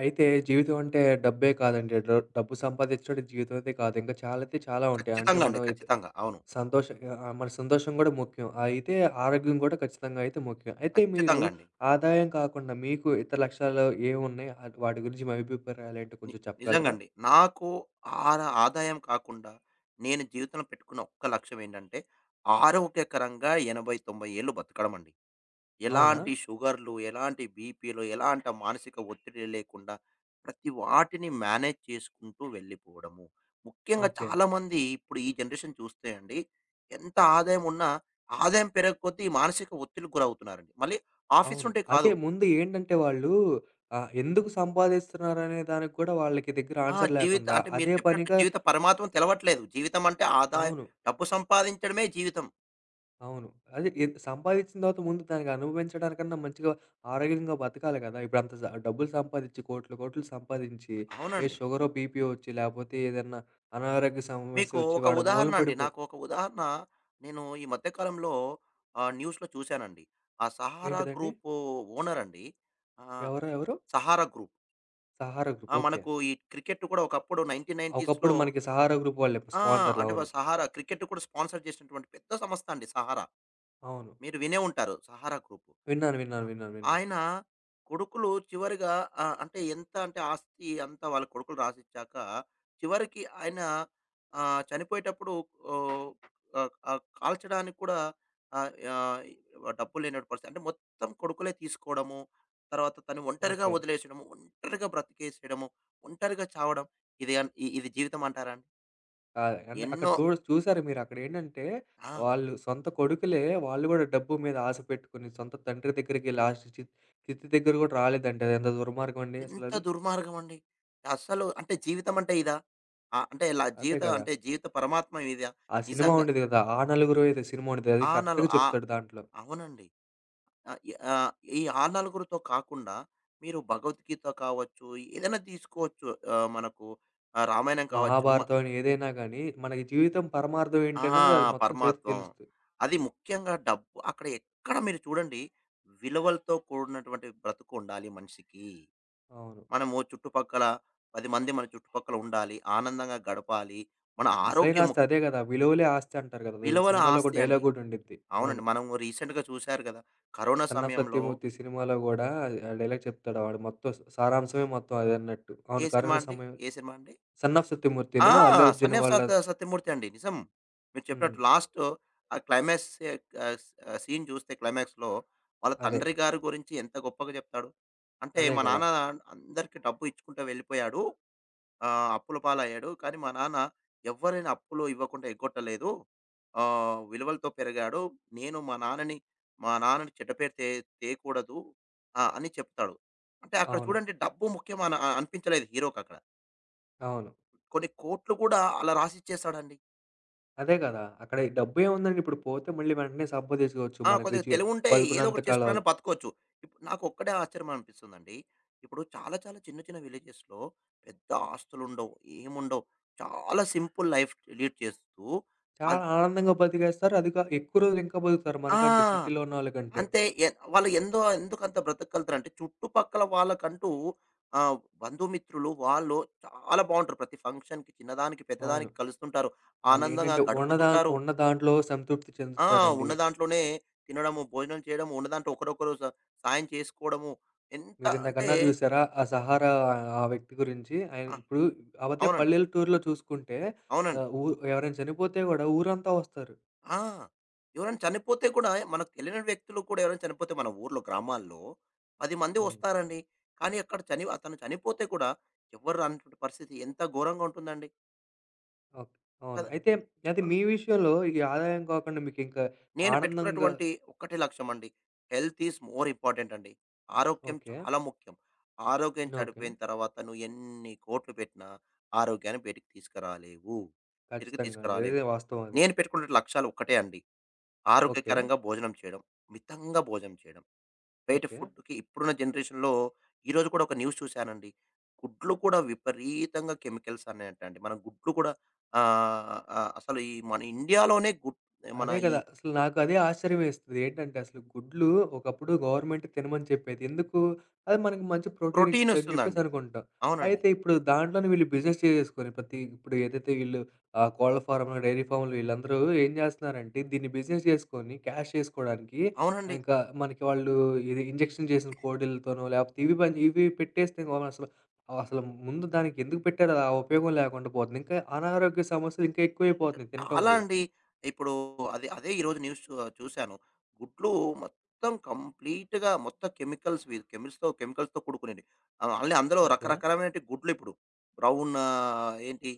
అయితే జీవితం అంటే డబ్బే కాదండి. డబ్బు సంపాదించడం జీవితం అయితే కాదు. ఇంకా చాలా అయితే చాలా ఉంటాయి. అంటే ఖచ్చితంగా అండి. మనం ఖచ్చితంగా. అవును. సంతోష మన సంతోషం గూడా ముఖ్యం. అయితే ఆరోగ్యం గూడా ఖచ్చితంగా అయితే ముఖ్యం. అయితే మీరు ఖచ్చితంగా అండి. ఆదాయం కాకుండా మీకు ఇతర లక్ష్యాలు ఏమున్నాయి? వాటి గురించి మీ అభిప్రాయాలేంటో ని కొంచెం చెప్పగలరా? నిజంగండి. నాకు ఆదాయం కాకుండా నేను జీవితంలో పెట్టుకున్న ఒక్క లక్ష్యం ఏంటంటే, ఆరోగ్యకరంగా 80, 90 ఏళ్ళు బతకడం అండి. అవునా? ఎలాంటి షుగర్‌లు, ఎలాంటి బీపీ‌లు, ఎలాంటి మానసిక ఒత్తిడి లేకుండా ప్రతి వాటిని మేనేజ్ చేసుకుంటూ వెళ్ళిపోవడము. ముఖ్యంగా ఓకే. చాలామంది ఇప్పుడు ఈ జనరేషన్ చూస్తే అండి, ఎంత ఆదాయం ఉన్నా ఆదాయం పెరగకొద్దీ మానసిక ఒత్తిడికి గురవుతున్నారండి. మళ్ళీ ఆఫీస్ అవును. నుండే కాదు. అదే ముందు ఏంటంటే వాళ్ళు ఎందుకు సంపాదిస్తున్నారనే దానికి కూడా వాళ్ళకి దగ్గర ఆన్సర్ జీవిత లేకుండా అంటే మీరు అదే చెప్పినట్టు పనిగా. జీవిత పరమాత్మం తెలవట్లేదు. జీవితం అంటే ఆదాయ అవును. డబ్బు సంపాదించడమే జీవితం. అవును. అదే సంపాదిచ్చిన తర్వాత ముందు దానికి అనుభవించడానికన్నా మంచిగా ఆరోగ్యంగా బతకాలి గదా! ఇప్పుడంత డబ్బులు సంపాదిచ్చి కోట్లు, కోట్లు సంపాదించి ఏ అవునండి. షుగరో, బీపీయో ఒచ్చి లేపోతే ఏదన్నా అనారోగ్య మీకు సమస్యొచ్చి ఒక వాడు ఉదాహరణ మూలన అండి. నాకు ఒక ఉదాహరణ నేను ఈ మధ్య కాలంలో న్యూస్‌లో చూసానండి. ఆ సహారా ఏంటిదండి? గ్రూప్ ఓనర్ అండి. ఆహ్, ఎవరో ఎవరు? Sahara group. Sahara group. Okay. మనకు ఈ క్రికెట్ కూడా ఒకప్పుడు 1990స్‌లో ఒకప్పుడు మనకి సహారా గ్రూప్ వాళ్ళే ఆ! స్పాన్సర్‌లు. అంటే అవును. సహారా క్రికెట్ కూడా స్పాన్సర్ చేసినటువంటి పెద్ద సంస్థ అండి సహారా. అవును. మీరు వినే ఉంటారు సహారా గ్రూప్. విన్నాను. ఆ! విన్నాను. విన్నాను. విన్నాను. ఆయన కొడుకులు చివరిగా అంటే ఎంత అంటే ఆస్తి అంతా వాళ్ళ కొడుకులు రాసిచ్చాక, చివరికి ఆయన చనిపోయేటప్పుడు ఓహ్! ఆహ్, ఆహ్, కాల్చడానికి కూడా ఆహ్, ఆహ్, డబ్బులు లేనటువంటి పరిస్థితి. అంటే మొత్తం కొడుకులే తీసుకోవడము, తర్వాత తను ఒంటరిగా ఓకే. వదిలేసడము, ఒంటరిగా బ్రతికేసేయడము, ఒంటరిగా చావడం. ఇది జీవితం అంటారా అండి? ఆ! అంటే అక్కడ ఎన్నో చూసారు మీరు అక్కడేంటంటే, ఆ! వాళ్ళు సొంత కొడుకులే, వాళ్ళు గూడా డబ్బు మీద ఆశ పెట్టుకొని, సొంత తండ్రి దగ్గరికి లాస్ట్ చిచ్చు దగ్గర గూడా రాలేదంటే అదెంత దుర్మార్గం అండి ఎంత అసలది. దుర్మార్గం అండి. అస్సలు అంటే జీవితం అంటే ఇదా? అంటే ఇలా అదే జీవిత కదా! అంటే జీవిత పరమాత్మ ఇదా? ఆ సినిమా నిజంగా. ఉండేది కదా! ఆ నలుగురు ఏదో సినిమా ఉండేది. అది ఆ! నలు కరెక్ట్‌గా ఆ! చెప్తాడు దాంట్లో. అవునండి. ఆహ్, ఈ ఆహ్, ఈ ఆ నలుగురితో కాకుండా మీరు భగవద్గీత కావచ్చు, ఏదైనా తీసుకోవచ్చు. మనకు రామాయణం కావచ్చు. మ మహాభారతం అని ఏదైనా గానీ, మనకి జీవితం పరమార్థం ఆ! ఏంటన్నది అది మొత్తం చదివితే పరమాత్వం. తెలుస్తది. అది ముఖ్యంగా డబ్బు అక్కడ ఎక్కడ మీరు చూడండి విలువలతో కూడినటువంటి బ్రతుకుండాలి మనిషికి. అవును. మనము చుట్టుపక్కల 10 మంది మన చుట్టుపక్కల ఉండాలి. ఆనందంగా గడపాలి. మన అసలైన ఆరోగ్యము ఆస్తి అదే గదా! విలువలే ఆస్తి అంటారు గదా! అది విలువైన సినిమాలో ఒక ఆస్తి అండి. డైలాగ్ గూడా ఉండిద్ది. అవునండి. అవును. మనము రీసెంట్‌గా చూసారు గదా! కరోనా 'సన్న సమయంలో సత్యమూర్తి' సినిమాలో గూడా ఆ డైలాగ్ చెప్తాడు. వాడు మొత్తం సారాంశమే మొత్తం అదన్నట్టు. ఏ అవును. సినిమా కరోనా అండి? సమయం. ఏ సినిమా అండి? 'సన్ ఆఫ్ ఆ! సత్యమూర్తి'లో అల్లు అర్జున్ 'సన్యాఫ్ వాళ్ళ. సత్ సత్యమూర్తి' అండి. నిజం. మీరు హ్మ్. చెప్పినట్టు లాస్ట్ ఆ క్లైమాక్స్ ఆహ్, స్ సీన్ చూస్తే క్లైమాక్స్‌లో వాళ్ళ అదే. తండ్రి గారి గురించి ఎంత గొప్పగా జెప్తాడు. అంటే అదే మా గదా! నాన్న అందరికి డబ్బు ఇచ్చుకుంటూ వెళ్ళిపోయాడు. అప్పుల పాలయ్యాడు. కానీ మా నాన్న ఎవ్వరైనా అప్పులు ఇవ్వకుండా ఎగ్గొట్టలేదు. విలువలతో పెరిగాడు. నేను మా నాన్నని మా నాన్నని చెడ్డ పేరు తేకూడదు ఆ! అని చెప్తాడు. అంటే అక్కడ అవును. చూడండి డబ్బు ముఖ్యం అన అ అనిపించలేదు హీరోకక్కడ. అవును. కొన్ని కోట్లు కూడా అలా రాసిచ్చేసాడండి. అదే గదా! అక్కడ ఈ డబ్బేముందండి ఇప్పుడు పోతే మళ్ళీ వెంటనే సంపాదించుకోవచ్చు. ఆ! మనకి కొద్దిగా తెలివుంటే ఏదో బతుకున్నంత ఒకటి కాలం. చేసుకునైనా బతకొచ్చు. ఇప్పుడు నాకొక్కటే ఆశ్చర్యం అనిపిస్తుందండి. ఇప్పుడు చాలా చాలా చిన్న చిన్న విలేజెస్‌లో పెద్ద ఆస్తులుండవు. ఏముండవు. చాలా సింపుల్ లైఫ్ లీడ్ చేస్తూ అద్ చాలా ఆనందంగా బతికేస్తారు. అది కా ఎక్కువ రోజులు ఇంకా బతుకుతారు మనకంటే ఆ! సిటీలో ఉన్నోళ్ళకంటే. అంతే. వాళ్ళు ఎందుకంత బ్రతకగలుగుతారంటే, చుట్టుపక్కల వాళ్ళకంటూ ఆహ్, బంధుమిత్రులు వాళ్ళు చాలా బావుంటారు. ప్రతి ఫంక్షన్‌కి చిన్నదానికి, అవును. పెద్దదానికి కలుస్తుంటారు. ఆనందంగా ఆళ్ళేంటంటే ఉన్న గడుపుతుంటారు. ఉన్న దాంట్లో సంతృప్తి ఆ! చెందుతారండి. ఉన్న దాంట్లోనే తినడము, భోజనం చేయడము, ఉన్న దాంట్లో ఒకరొకరు సాయం చేసుకోవడము. ఎంత అంటే మీరిందాకన్నారు చూసారా? ఆ 'సహారా' ఆ వ్యక్తి గురించి ఆయన ఆ! ఇప్పుడు కాపోతే అవునండి. పల్లెటూరులో చూసుకుంటే అవునండి. ఆహ్, ఊ ఎవరైనా చనిపోతే గూడా ఊరంతా వస్తారు. ఆ! ఎవరైనా చనిపోతే కూడా మనకు తెలియని వ్యక్తులు కూడా ఎవరైనా చనిపోతే మన ఊర్లో గ్రామాల్లో 10 మంది హ్మ్. వస్తారండి. కానీ అక్కడ అతను చనిపోతే కూడా ఎవ్వరు రానటువంటి పరిస్థితి ఎంత ఘోరంగా ఉంటుందండి. ఓకే. అవును. కదా! అయితే అది మీ విషయంలో ఈ ఆదాయం కాకుండా మీకింకా నేను ఆనందంగా. పెట్టుకున్నటువంటి ఒక్కటే లక్ష్యం అండి. హెల్త్ ఈజ్ మోర్ ఇంపార్టెంట్ అండి. ఆరోగ్యం ఓకే. చాలా ముఖ్యం. ఆరోగ్యం ఓకే. చెడిపోయిన తర్వాత నువ్వు ఎన్ని కోట్లు పెట్టినా ఆరోగ్యాన్ని బయటికి తీసుకురాలేవు. తిరిగి ఖచ్చితంగా అండి. తీసుకురాలేవు. అదే వాస్తవం అది. నేను పెట్టుకున్న లక్ష్యాలు ఒక్కటే అండి. ఓకే. ఆరోగ్యకరంగా భోజనం చేయడం, మితంగా భోజనం చేయడం. బయట ఓకే. ఫుడ్‌కి ఇప్పుడున్న జనరేషన్‌లో ఈరోజు కూడా ఒక న్యూస్ చూశానండి. గుడ్లు కూడా విపరీతంగా కెమికల్స్ అనేటండి. మనం గుడ్లు కూడా ఆహ్, ఆహ్, అసలు ఈ మన ఇండియాలోనే గుడ్ మన అదే ఈ కదా! అసలు నాకు అదే ఆశ్చర్యమేస్తది. ఏంటంటే అసలు గుడ్లు ఒకప్పుడు గవర్నమెంట్ తినమని చెప్పేది. ఎందుకు? అది మనకి మంచి ప్రోటీన్ ప్రోటీన్ ఇచ్చిద్దని చెప్పేసి వస్తుందండి. అనుకుంటాం. అవునండి. అయితే ఇప్పుడు దాంట్లోనే వీళ్ళు బిజినెస్ చేసేసుకొని ప్రతి ఇప్పుడు ఏదైతే వీళ్ళు కోళ్ల ఫారంలు, డైరీ ఫామ్‌లు వీళ్ళందరూ ఏం చేస్తున్నారంటే దీన్ని బిజినెస్ చేసుకొని క్యాష్ చేసుకోవడానికి అవునండి. ఇంకా మనకి వాళ్ళు ఇది ఇంజెక్షన్ చేసిన కోడిలతోనో లేకపోతే ఇవి పని ఇవి పెట్టేస్తే వాళ్ళు అసలు అసలు ముందు దానికి ఎందుకు పెట్టారో ఆ ఉపయోగం లేకుండా పోతుంది. ఇంకా అనారోగ్య సమస్యలు ఇంకా ఎక్కువైపోతున్నాయి తినటం చాలా వల్ల. అండి. ఇప్పుడు అదే, ఈరోజు న్యూస్ చూసాను. గుడ్లు మొత్తం కంప్లీట్‌గా మొత్తం కెమికల్స్ వి కెమిల్స్‌తో కెమికల్స్‌తో కూడుకునిండి. మళ్ళీ అందులో ఓకే. రకరకాలమైనటి గుడ్లు ఇప్పుడు. బ్రౌన్ ఆహ్, ఏంటి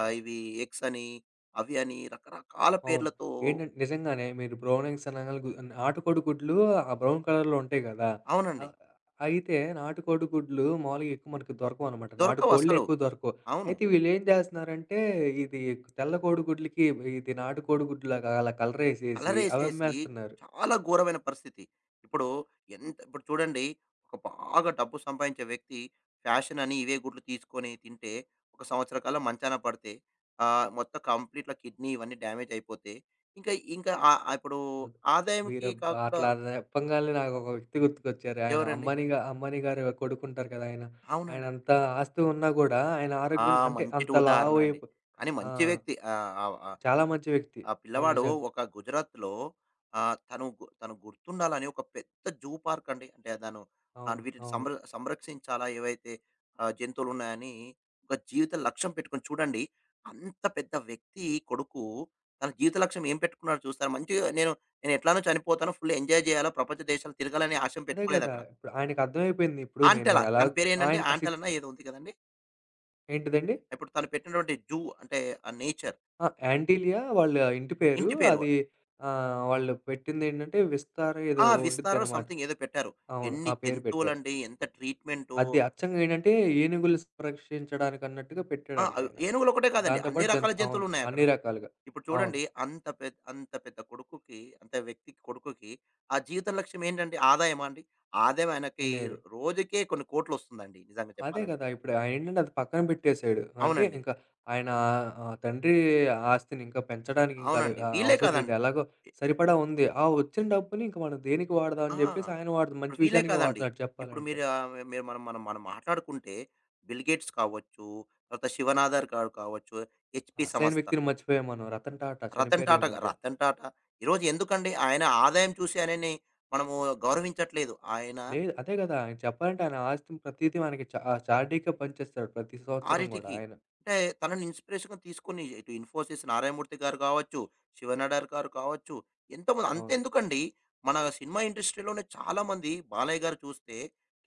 ఆహ్, ఇవి ఎగ్స్ అని, అవి అని రకరకాల అవును. పేర్లతో ఏంటంటే నిజంగానే మీరు బ్రౌన్ ఎగ్స్ అనంగానే నాటుకోడి గుడ్లు ఆ బ్రౌన్ కలర్‌లో ఉంటాయి గదా! అవునండి. ఆహ్, అయితే నాటుకోడి గుడ్లు మామూలుగా ఎక్కువ మనకు దొరకవనమాట. నాటుకోడులే దొరకవసలు. ఎక్కువ దొరకవు. అవును. అయితే వీళ్ళేం జేస్తన్నారంటే ఇది తెల్ల కోడిగుడ్లకి ఇది నాటుకోడి గుడ్లులాగా అలా కలరేసేసి అలరేసేసి అవమ్మేస్తున్నారు. చాలా ఘోరమైన పరిస్థితి. ఇప్పుడు ఎంత ఇప్పుడు చూడండి ఒక బాగా డబ్బు సంపాదించే వ్యక్తి ఫ్యాషన్ అని ఇవే గుడ్లు తీసుకొని తింటే ఒక సంవత్సర కాలం మంచాన పడితే మొత్తం కంప్లీట్‌గా కిడ్నీ ఇవన్నీ డ్యామేజ్ అయిపోతే ఇంకా ఇంకా ఆహ్, ఆహ్, ఇప్పుడు వద్ మీరు ఆదాయంకి కాకుండా అట్లా జెప్పంగాల్నే నాకొక వ్యక్తి గుర్తుకొచ్చారు. ఆయన ఎవరండి? అంబానీ గా అంబానీ గారు కొడుకుంటారు కదా! ఆయన. అవునండి. ఆయనంత ఆస్తి ఉన్నా గూడా ఆయన ఆ! ఆరోగ్యం అంటే మంచిటి అంత ఉదాహరణ అండి. లావయిపో. కానీ ఆ! మంచి వ్యక్తి. ఆహ్, ఆహ్, చాలా మంచి వ్యక్తి. ఆ అవును. పిల్లవాడు నిజంగా. ఒక గుజరాత్‌లో ఆహ్, తను గుర్తుండాలని ఒక పెద్ద జూ పార్క్ అండి. అంటే తను అవును. వీటిని అవును. సంరక్షించాలా ఏవైతే జంతువులున్నాయని ఒక జీవిత లక్ష్యం పెట్టుకొని చూడండి. అంత పెద్ద వ్యక్తి కొడుకు తన జీవిత లక్ష్యం ఏం పెట్టుకున్నాడో చూస్తారా? మంచిగా నేను నేను ఎట్లానో చనిపోతాను. ఫుల్ ఎంజాయ్ చేయాలా, ప్రపంచ దేశాలు తిరగాలనే ఆశయం అదే కదా! పెట్టుకోలేదక్కడ. ఇప్పుడు ఆయనకర్థమైపోయింది. ఇప్పుడు నేను ఆంటెల ఎలా దాని పేరేంటండి? ఆయన ఆంటెలనో ఏదో ఉంది కదండీ! ఏంటిదండి? ఇప్పుడు తను పెట్టినటువంటి జూ అంటే ఆ నేచర్ ఆ! యాంటీలియా వాళ్ళ ఇంటి పేరు. ఇంటి పేరు. అది వాళ్ళు పెట్టిందేంటంటే విస్తార ఏదో ఆ! విస్తారో ఉండిద్దనమాట. సంథింగ్ ఏదో పెట్టారు. అవును. ఎన్ని ఆ పేరు పెట్టారు. జంతువులండి. ఎంత ట్రీట్‌మెంటో. అది అచ్చంగా ఏంటంటే ఏనుగులు సంరక్షించడానికన్నట్టుగా ఆ! పెట్టాడంట అవ్ ఆయన. ఏనుగులొకటే కాదండి. దాంతో అన్ని పాటు రకాల జంతు అవును. జంతువులున్నాయక్కడ. అన్ని రకాలుగా. ఇప్పుడు అవును. చూడండి అంత పెద్ద కొడుకుకి, అంత వ్యక్తి కొడుకుకి ఆ జీవిత లక్ష్యం ఏంటండి? ఆదాయమా అండి? ఆదాయం ఆయనకి లేదు. రోజుకే కొన్ని కోట్లొస్తుందండి నిజంగా అదే చెప్పాలంటే. కదా! ఇప్పుడు ఆయనేంటంటే అది పక్కన పెట్టేసాడు. అంటే అవునండి. ఇంకా ఆయన తండ్రి ఆస్తిని ఇంకా పెంచడానికి ఇంకా అది అవునండి. వీళ్ళే అవసరం లేదు. కాదండి ఎలాగో సరిపడా ఉంది. ఆ వచ్చిన డబ్బుని ఇంక మనం దేనికి వాడదాం ఆ! అని జెప్పేసి ఆయన వాడదు. ఇప్పుడు మంచి వీళ్ళే విషయానికే కాదండి. వాడుతున్నాడు ఇప్పుడు చెప్పాలంటే. మీరు మీరు మనం మనం మనం మాట్లాడుకుంటే బిల్ గేట్స్ కావచ్చు, తర్వాత శివనాథర్ గారు కావచ్చు, హెచ్‌పి అసలైన సంస్థ వ్యక్తిని మర్చిపోయాం మనం. రతన్ టాటా చనిపోయారు ఈ మధ్య. రతన్ టాటా ఈరోజు ఎందుకండి ఆయన ఆదాయం చూసి ఆయనని మనము గౌరవించట్లేదు. ఆయన లేదు అదే కదా! ఆయన చెప్పాలంటే ఆయన ఆస్తిని ప్రతీదీ మనకి చార్టీకే పంచేస్తాడు ప్రతి సంవత్సరం గూడా ఆరిటికి ఆయన. అంటే తనని ఇన్‌స్పిరేషన్‌గా తీసుకొని ఇటు ఇన్ఫోసిస్ నారాయణమూర్తి గారు కావచ్చు, శివనాడార్ గారు కావచ్చు, ఎంతోమంది అవును. అంతెందుకండి మన సినిమా ఇండస్ట్రీలోనే చాలామంది బాలయ్య గారు చూస్తే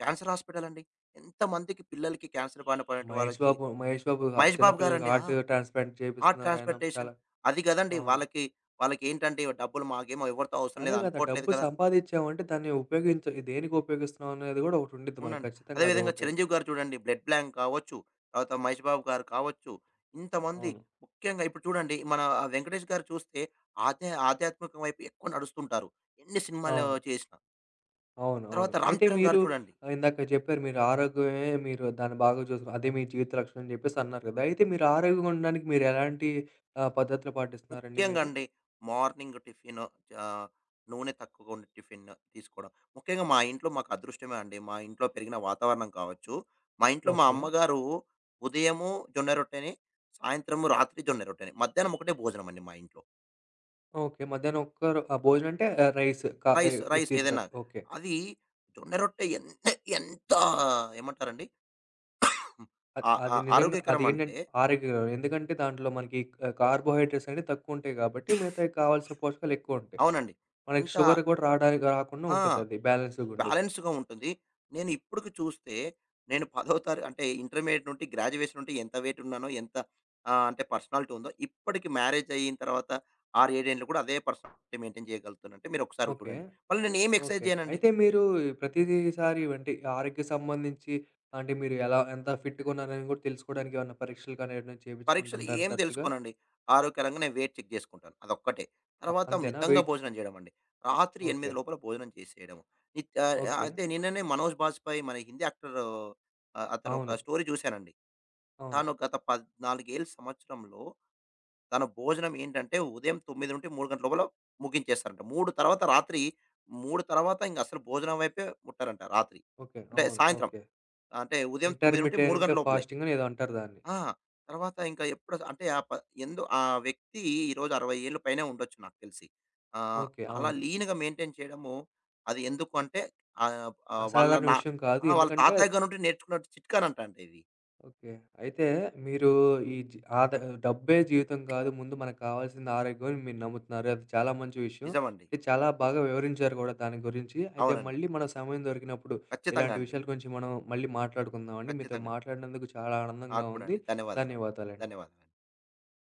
క్యాన్సర్ హాస్పిటల్ అండి. ఎంతమందికి పిల్లలకి క్యాన్సర్ బారిన పడినటువంటి వాళ్ళకి మహేష్ బాబు మహేష్ చిన్న బాబు పిల్లలకి గారండి. ఆ! హార్ట్ ట్రాన్స్‌ప్లాంట్ హార్ట్ చేపిస్తున్నారాయన. ట్రాన్స్‌ప్లాంటేషన్ చాలా. అది కదండీ! అవును. వాళ్ళకి వాళ్ళకేంటంటే డబ్బులు మాకేమో ఎవరితో అవసరం అదే లేదు కదా! అనుకోవట్లేదు డబ్బు కదా! సంపాదిచ్చామంటే దాన్ని ఉపయోగించ దేనికి ఉపయోగిస్తున్నాం అనేది కూడా ఒకటి ఉండిద్ది మనకు ఉండండి. అదే ఖచ్చితంగా విధంగా అదొకటి. 'చిరంజీవి' గారు చూడండి 'బ్లడ్ బ్లాంక్' కావచ్చు, తర్వాత 'మహేష్ బాబు' గారు కావచ్చు, ఇంతమంది అవును. ముఖ్యంగా ఇప్పుడు చూడండి మన ఆ 'వెంకటేష్' గారు చూస్తే ఆధ్యాత్మికం వైపు ఎక్కువ నడుస్తుంటారు. ఎన్ని సినిమాలు అవును. చేసినా. అవును. తర్వాత అవును. 'రామ్ అయితే చరణ్' మీరు గారు చూడండి. ఇందాక చెప్పారు మీరు ఆరోగ్యమే మీరు దాన్ని బాగా చూసుకు అదే మీ జీవిత లక్ష్యం అని చెప్పేసి అన్నారు కదా! అయితే మీరు ఆరోగ్యంగా ఉండడానికి మీరు ఎలాంటి పద్ధతులు పాటిస్తున్నారండి ముఖ్యంగా మీరు? అండి మార్నింగ్ టిఫిను ఆహ్, నూనె తక్కువగా ఉండే టిఫిన్ తీసుకోవడం. ముఖ్యంగా మా ఇంట్లో మాకు అదృష్టమే అండి. మా ఇంట్లో పెరిగిన వాతావరణం కావచ్చు, మా ఇంట్లో మా ఓకే. అమ్మగారు ఉదయము జొన్న రొట్టెని, సాయంత్రము రాత్రి జొన్న రొట్టెని, మధ్యాహ్నం ఒకటే భోజనం అండి మా ఇంట్లో. ఓకే. మధ్యాహ్నం ఒక్కరు భోజనం అంటే రైస్ ఇది రైస్ ఏదైనా. తింటారు. ఓకే. అది జొన్న రొట్టె ఎంత ఎంత ఏమంటారండి? ఆ ఆ అది నిజంగా ఆరోగ్యకరం అది అంటే ఏంటంటే ఆరోగ్యకరం. ఎందుకంటే దాంట్లో మనకి కార్బోహైడ్రేట్స్ అనేవి తక్కువ ఉంటాయి కాబట్టి మిగతాయి కావాల్సిన పోషకాలు ఎక్కువ ఉంటాయి. అవునండి. మనకి ఎంత షుగర్ కూడా రాడానికి రాకుండా ఆ! ఉంటదది. బ్యాలెన్స్‌గా ఉండిద్ది. బ్యాలెన్స్‌గా ఉంటుంది. నేను ఇప్పటికి చూస్తే నేను 10వ తారీ అంటే ఇంటర్మీడియేట్ నుండి, గ్రాడ్యుయేషన్ నుండి ఎంత వెయిట్ ఉన్నానో, ఎంత అంటే పర్సనాలిటీ ఉందో, ఇప్పటికి మ్యారేజ్ అయిన తర్వాత 6, 7 ఏండ్లు కూడా అదే పర్సనాలిటీ మెయింటైన్ చేయగలుగుతాను. అంటే మీరు ఒకసారి ఓకే. చూడండి. మళ్ళీ నేను ఏమి ఎక్సర్సైజ్ ఓకే. చేయనండి. అయితే మీరు ఈ ప్రతిసారి అంటే ఆరోగ్య సంబంధించి అంటే మీరు ఎలా ఎంత ఫిట్‌గా ఉన్నారని కూడా తెలుసుకోవడానికి ఏమన్నా పరీక్షలు కానీ ఏమైనా పరీక్షలు చేపించుకుంటుంటారా ఏం తరచుగా? తెలుసుకోనండి. ఆరోగ్యకరంగా నేను వెయిట్ చెక్ జేసుకుంటాను. అదొక్కటే. తర్వాత అంతేనా? మితంగా వెయిట్. భోజనం జేయడం అండి. రాత్రి 8 ఓకే. లోపల భోజనం చేసేయడం. నిత్ ఆహ్, ఓకే. అయితే నిన్ననే 'మనోజ్ బాజ్‌పేయి' మన హిందీ యాక్టర్ అతను ఒక అవును. స్టోరీ జూసానండి. అవును. తాను గత 14 సంవత్సరంలో తన భోజనం ఏంటంటే ఉదయం 9-3 గంటల లోపల ముగించేస్తారంట. 3 తర్వాత రాత్రి 3 తర్వాత ఇంక అసలు భోజనం వైపే ముట్టరంట రాత్రి. ఓకే. అంటే అవును. సాయంత్రం. ఓకే. అంటే ఉదయం 9-3 ఇంటర్మిటెంట్ గంటల లోపలే. ఫాస్టింగ్ అని ఏదో అంటారు దాన్ని. ఆ! తర్వాత ఇంకా ఎప్పుడు అంటే ఆ ప ఎందు ఆ వ్యక్తి ఈరోజు 60 ఏళ్ళు పైనే ఉండొచ్చు నాకు తెలిసి. ఆహ్, ఓకే. అలా అవును. లీన్‌గా మెయింటైన్ చేయడము అది ఎందుకు అంటే ఆహ్, ఆహ్, వాళ్ళ అసాధారణ నా విషయం కాదు. ఆ! వాళ్ళ ఎందుకంటే. తాతయ్య గారు నుండి నేర్చుకున్న చిట్కానంట అండి ఇది. ఓకే. అయితే మీరు ఈ డబ్బే జీవితం కాదు. ముందు మనకు కావాల్సింది ఆరోగ్యం అని మీరు నమ్ముతున్నారు. అది చాలా మంచి విషయం. నిజమండి. మీరు చాలా బాగా వివరించారు గూడా దాని గురించి. అయితే అవునండి. మళ్ళీ మనం సమయం దొరికినప్పుడు ఖచ్చితంగా ఇలాంటి అండి. విషయాల గురించి మనం మళ్ళీ మాట్లాడుకుందామండి. మీతో ఖచ్చితంగా అండి. మాట్లాడినందుకు చాలా నాకు ఆనందంగా కూడా ఉంది. అండి. ధన్యవాదాలండి. ధన్యవాదాలండి. ధన్యవాదాలండి.